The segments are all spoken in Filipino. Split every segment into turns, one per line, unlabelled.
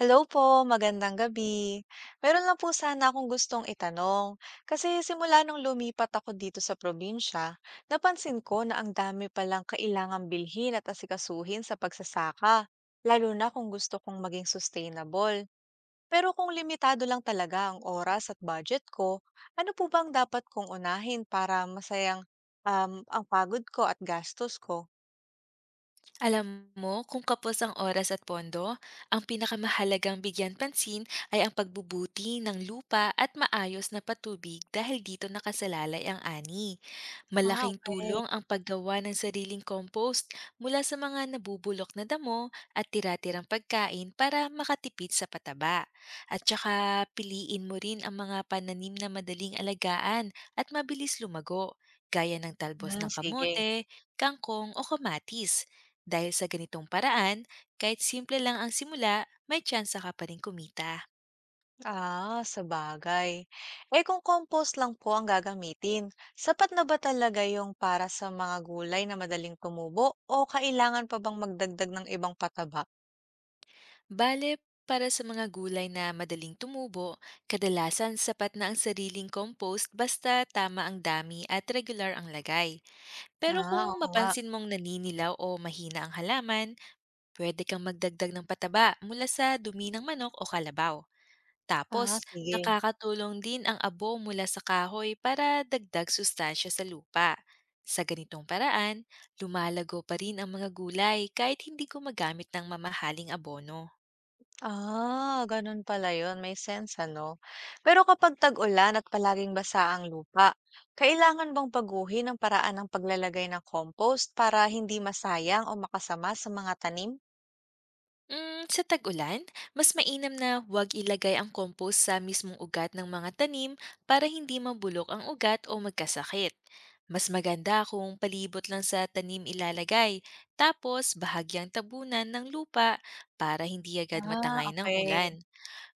Hello po, magandang gabi. Meron lang po sana akong gustong itanong. Kasi simula nung lumipat ako dito sa probinsya, napansin ko na ang dami palang kailangang bilhin at asikasuhin sa pagsasaka, lalo na kung gusto kong maging sustainable. Pero kung limitado lang talaga ang oras at budget ko, ano po bang dapat kong unahin para masayang ang pagod ko at gastos ko?
Alam mo, kung kapos ang oras at pondo, ang pinakamahalagang bigyan pansin ay ang pagbubuti ng lupa at maayos na patubig dahil dito nakasalalay ang ani.
Ah,
Malaking
okay.
tulong ang paggawa ng sariling compost mula sa mga nabubulok na damo at tira-tirang pagkain para makatipid sa pataba. At saka piliin mo rin ang mga pananim na madaling alagaan at mabilis lumago, gaya ng talbos
Hmm,
ng
sige.
kamote, kangkong o kamatis dahil sa ganitong paraan, kahit simple lang ang simula, may tsansa ka pa rin kumita.
Ah, sabagay. Eh kung compost lang po ang gagamitin, sapat na ba talaga yung para sa mga gulay na madaling tumubo o kailangan pa bang magdagdag ng ibang pataba?
Bale, para sa mga gulay na madaling tumubo, kadalasan sapat na ang sariling compost basta tama ang dami at regular ang lagay. Pero
Ah, oo
kung
nga.
mapansin mong naninilaw o mahina ang halaman, pwede kang magdagdag ng pataba mula sa dumi ng manok o kalabaw.
Ah,
Tapos,
sige.
nakakatulong din ang abo mula sa kahoy para dagdag sustansya sa lupa. Sa ganitong paraan, lumalago pa rin ang mga gulay kahit hindi gumagamit ng mamahaling abono.
Ah, ganun pala yun. May sense, ano? Pero kapag tag-ulan at palaging basa ang lupa, kailangan bang baguhin ang paraan ng paglalagay ng compost para hindi masayang o makasama sa mga tanim?
Mm, sa tag-ulan, mas mainam na huwag ilagay ang compost sa mismong ugat ng mga tanim para hindi mabulok ang ugat o magkasakit. Mas maganda kung palibot lang sa tanim ilalagay, tapos bahagyang tabunan ng lupa para hindi agad
Ah,
matangay ng ulan.
okay.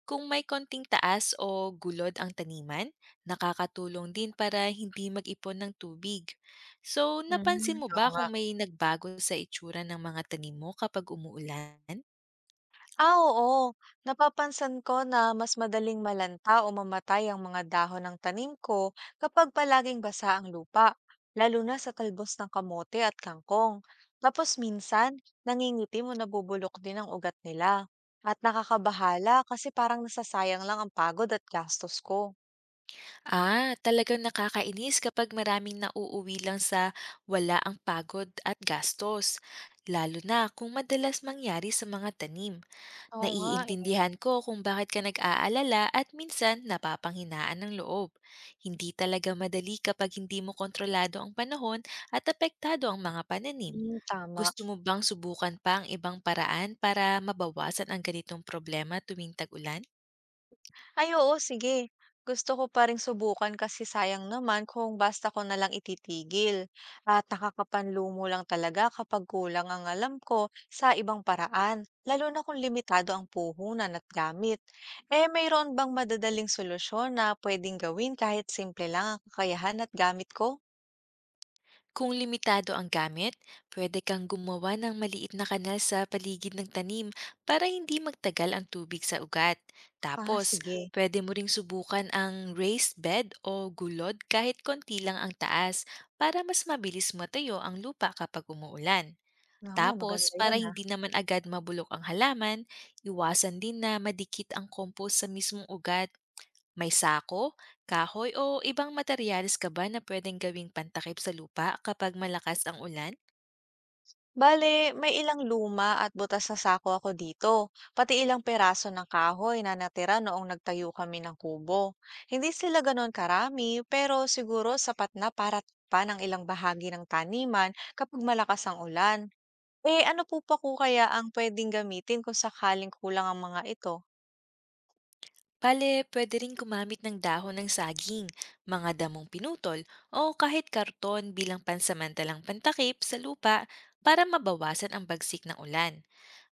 Kung may konting taas o gulod ang taniman, nakakatulong din para hindi mag-ipon ng tubig. So,
Mm,
napansin mo
oo
ba
nga.
kung may nagbago sa itsura ng mga tanim mo kapag umuulan?
Ah, oo. Napapansin ko na mas madaling malanta o mamatay ang mga dahon ng tanim ko kapag palaging basa ang lupa, lalo na sa talbos ng kamote at kangkong. Tapos minsan, nangingitim o nabubulok din ang ugat nila. At nakakabahala kasi parang nasasayang lang ang pagod at gastos ko.
Ah, talagang nakakainis kapag maraming nauuwi lang sa wala ang pagod at gastos, lalo na kung madalas mangyari sa mga tanim.
Oo nga eh.
Naiintindihan ko kung bakit ka nag-aalala at minsan napapanghinaan ng loob. Hindi talaga madali kapag hindi mo kontrolado ang panahon at apektado ang mga pananim.
Mm, tama.
Gusto mo bang subukan pa ang ibang paraan para mabawasan ang ganitong problema tuwing tag-ulan?
Ay oo, sige. Gusto ko pa ring subukan kasi sayang naman kung basta ko na lang ititigil. At nakakapanlumo lang talaga kapag kulang ang alam ko sa ibang paraan, lalo na kung limitado ang puhunan at gamit. Eh, mayroon bang madadaling solusyon na pwedeng gawin kahit simple lang ang kakayahan at gamit ko?
Kung limitado ang gamit, pwede kang gumawa ng maliit na kanal sa paligid ng tanim para hindi magtagal ang tubig sa ugat.
Ah,
Tapos,
sige.
pwede mo ring subukan ang raised bed o gulod kahit konti lang ang taas para mas mabilis matayo ang lupa kapag umuulan.
Ah, maganda
Tapos, para
yan ah.
hindi naman agad mabulok ang halaman, iwasan din na madikit ang compost sa mismong ugat. May sako, kahoy o ibang materyales ka ba na pwedeng gawing pantakip sa lupa kapag malakas ang ulan?
Bale, may ilang luma at butas na sako ako dito, pati ilang peraso ng kahoy na natira noong nagtayo kami ng kubo. Hindi sila ganoon karami, pero siguro sapat na para pa ng ilang bahagi ng taniman kapag malakas ang ulan. Eh ano po pa ko kaya ang pwedeng gamitin kung sakaling kulang ang mga ito?
Bale, pwede rin gumamit ng dahon ng saging, mga damong pinutol, o kahit karton bilang pansamantalang pantakip sa lupa para mabawasan ang bagsik ng ulan.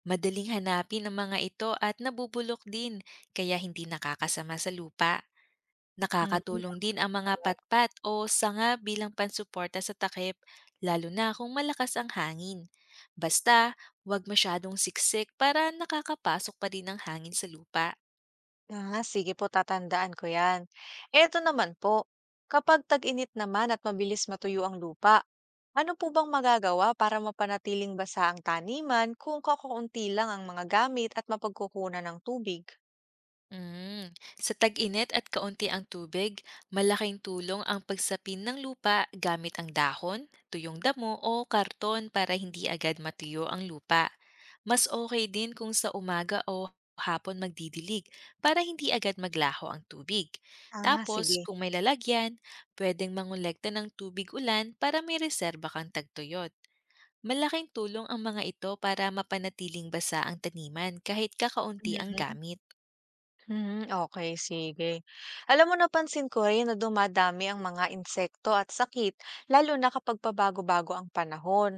Madaling hanapin ang mga ito at nabubulok din, kaya hindi nakakasama sa lupa.
Mm.
Nakakatulong din ang mga patpat o sanga bilang pansuporta sa takip, lalo na kung malakas ang hangin. Basta, huwag masyadong siksik para nakakapasok pa din ang hangin sa lupa.
Ah, sige po, tatandaan ko 'yan. Eto naman po, kapag tag-init naman at mabilis matuyo ang lupa, ano po bang magagawa para mapanatiling basa ang taniman kung kakaunti lang ang mga gamit at mapagkukunan ng tubig?
Mm. Sa tag-init at kaunti ang tubig, malaking tulong ang pagsapin ng lupa gamit ang dahon, tuyong damo o karton para hindi agad matuyo ang lupa. Mas okay din kung sa umaga o hapon magdidilig para hindi agad maglaho ang tubig.
Ah,
Tapos,
sige.
kung may lalagyan, pwedeng mangolekta ng tubig ulan para may reserba kang tagtuyot. Malaking tulong ang mga ito para mapanatiling basa ang taniman kahit kakaunti ang
Mhm.
gamit.
Hmm, okay, sige. Alam mo, napansin ko rin na dumadami ang mga insekto at sakit lalo na kapag pabago-bago ang panahon.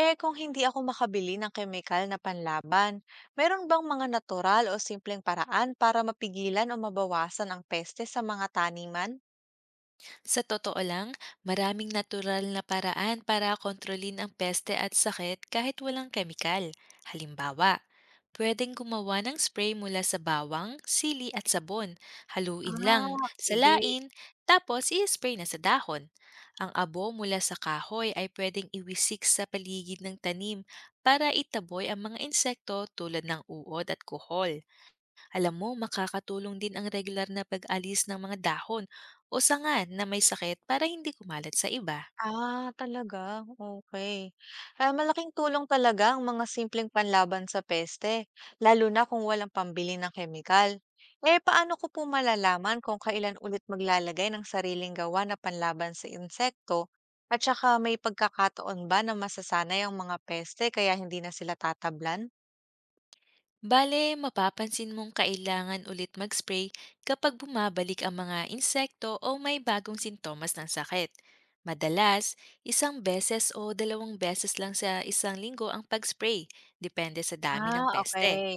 Eh, kung hindi ako makabili ng kemikal na panlaban, meron bang mga natural o simpleng paraan para mapigilan o mabawasan ang peste sa mga taniman?
Sa totoo lang, maraming natural na paraan para kontrolin ang peste at sakit kahit walang kemikal. Halimbawa, pwedeng gumawa ng spray mula sa bawang, sili at sabon. Haluin lang,
Ah, sige.
salain, tapos i-spray na sa dahon. Ang abo mula sa kahoy ay pwedeng iwisik sa paligid ng tanim para itaboy ang mga insekto tulad ng uod at kuhol. Alam mo, makakatulong din ang regular na pag-alis ng mga dahon o sangan na may sakit para hindi kumalat sa iba.
Ah, talaga? Okay. Ah, malaking tulong talaga ang mga simpleng panlaban sa peste, lalo na kung walang pambili ng kemikal. Eh, paano ko po malalaman kung kailan ulit maglalagay ng sariling gawa na panlaban sa insekto at saka may pagkakataon ba na masasanay ang mga peste kaya hindi na sila tatablan?
Bale, mapapansin mong kailangan ulit mag-spray kapag bumabalik ang mga insekto o may bagong sintomas ng sakit. Madalas, isang beses o dalawang beses lang sa isang linggo ang pag-spray, depende sa dami
Ah,
ng peste.
okay.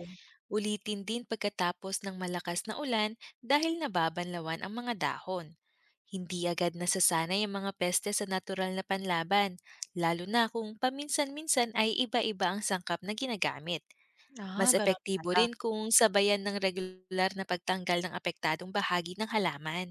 Ulitin din pagkatapos ng malakas na ulan dahil nababanlawan ang mga dahon. Hindi agad nasasanay ang mga peste sa natural na panlaban, lalo na kung paminsan-minsan ay iba-iba ang sangkap na ginagamit. Mas
Ah, gano'n
epektibo
pala.
rin kung sabayan ng regular na pagtanggal ng apektadong bahagi ng halaman.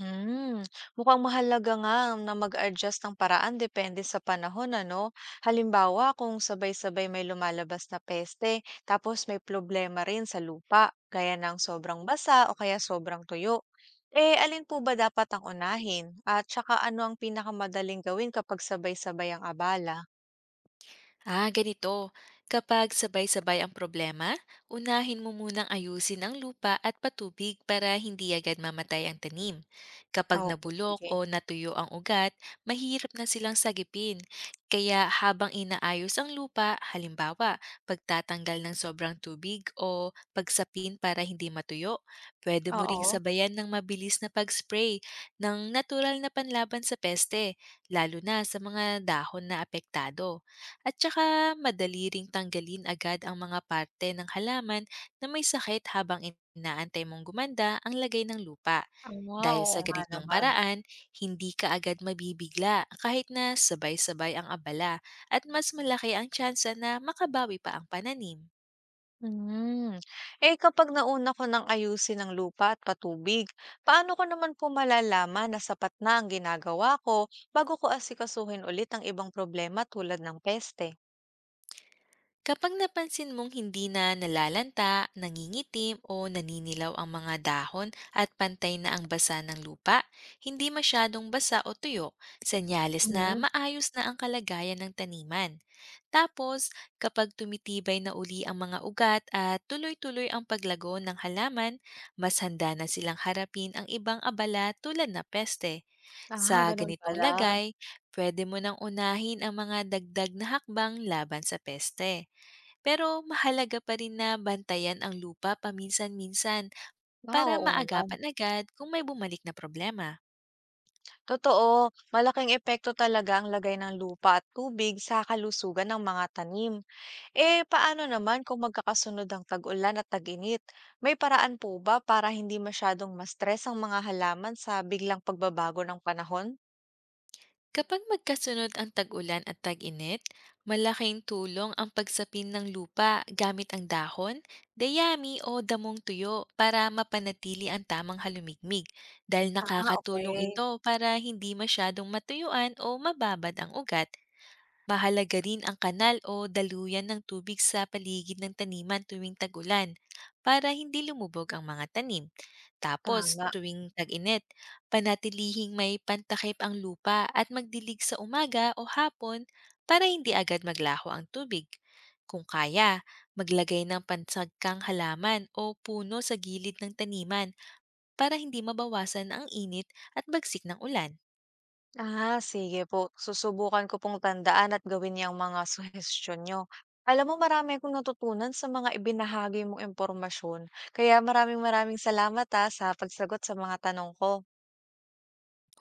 Hmm, mukhang mahalaga nga na mag-adjust ng paraan depende sa panahon, ano? Halimbawa, kung sabay-sabay may lumalabas na peste, tapos may problema rin sa lupa, gaya ng sobrang basa o kaya sobrang tuyo. Eh, alin po ba dapat ang unahin? At saka ano ang pinakamadaling gawin kapag sabay-sabay ang abala?
Ah, ganito. Kapag sabay-sabay ang problema, unahin mo munang ayusin ang lupa at patubig para hindi agad mamatay ang tanim. Kapag
Ah, okay,
nabulok
sige.
o natuyo ang ugat, mahirap na silang sagipin. Kaya habang inaayos ang lupa, halimbawa, pagtatanggal ng sobrang tubig o pagsapin para hindi matuyo, pwede mo ring
Oo.
sabayan ng mabilis na pag-spray ng natural na panlaban sa peste, lalo na sa mga dahon na apektado. At saka madali ring tanggalin agad ang mga parte ng halaman na may sakit habang inaantay mong gumanda ang lagay ng lupa.
Ah,
Dahil
oo
sa
nga
ganitong
naman.
paraan, hindi ka agad mabibigla kahit na sabay-sabay ang abala at mas malaki ang tsansa na makabawi pa ang pananim.
Hmm. Eh, kapag nauna ko ng ayusin ang lupa at patubig, paano ko naman po malalaman na sapat na ang ginagawa ko bago ko asikasuhin ulit ang ibang problema tulad ng peste?
Kapag napansin mong hindi na nalalanta, nangingitim o naninilaw ang mga dahon at pantay na ang basa ng lupa, hindi masyadong basa o tuyo, senyales na
Mhm.
maayos na ang kalagayan ng taniman. Tapos, kapag tumitibay na uli ang mga ugat at tuloy-tuloy ang paglago ng halaman, mas handa na silang harapin ang ibang abala tulad na peste.
Ah,
Sa
ganun
ganitong
pala.
lagay, pwede mo nang unahin ang mga dagdag na hakbang laban sa peste. Pero mahalaga pa rin na bantayan ang lupa paminsan-minsan
Ah,
para
oo naman.
maagapan agad kung may bumalik na problema.
Totoo, malaking epekto talaga ang lagay ng lupa at tubig sa kalusugan ng mga tanim. Eh, paano naman kung magkakasunod ang tag-ulan at tag-init? May paraan po ba para hindi masyadong ma-stress ang mga halaman sa biglang pagbabago ng panahon?
Kapag magkasunod ang tag-ulan at tag-init, malaking tulong ang pagsapin ng lupa gamit ang dahon, dayami o damong tuyo para mapanatili ang tamang halumigmig dahil
Ah,
nakakatulong
okay.
ito para hindi masyadong matuyuan o mababad ang ugat. Mahalaga rin ang kanal o daluyan ng tubig sa paligid ng taniman tuwing tagulan para hindi lumubog ang mga tanim. Tapos,
Tama.
tuwing tag-init, panatilihing may pantakip ang lupa at magdilig sa umaga o hapon para hindi agad maglaho ang tubig. Kung kaya, maglagay ng pansagkang halaman o puno sa gilid ng taniman para hindi mabawasan ang init at bagsik ng ulan.
Ah, sige po. Susubukan ko pong tandaan at gawin yung mga suhestyon niyo. Alam mo, marami akong natutunan sa mga ibinahagi mong impormasyon. Kaya maraming maraming salamat ah, sa pagsagot sa mga tanong ko.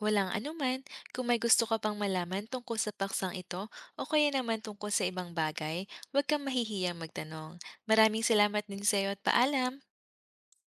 Walang anuman, kung may gusto ka pang malaman tungkol sa paksang ito o kaya naman tungkol sa ibang bagay, huwag kang mahihiyang magtanong. Maraming salamat din sa iyo at paalam!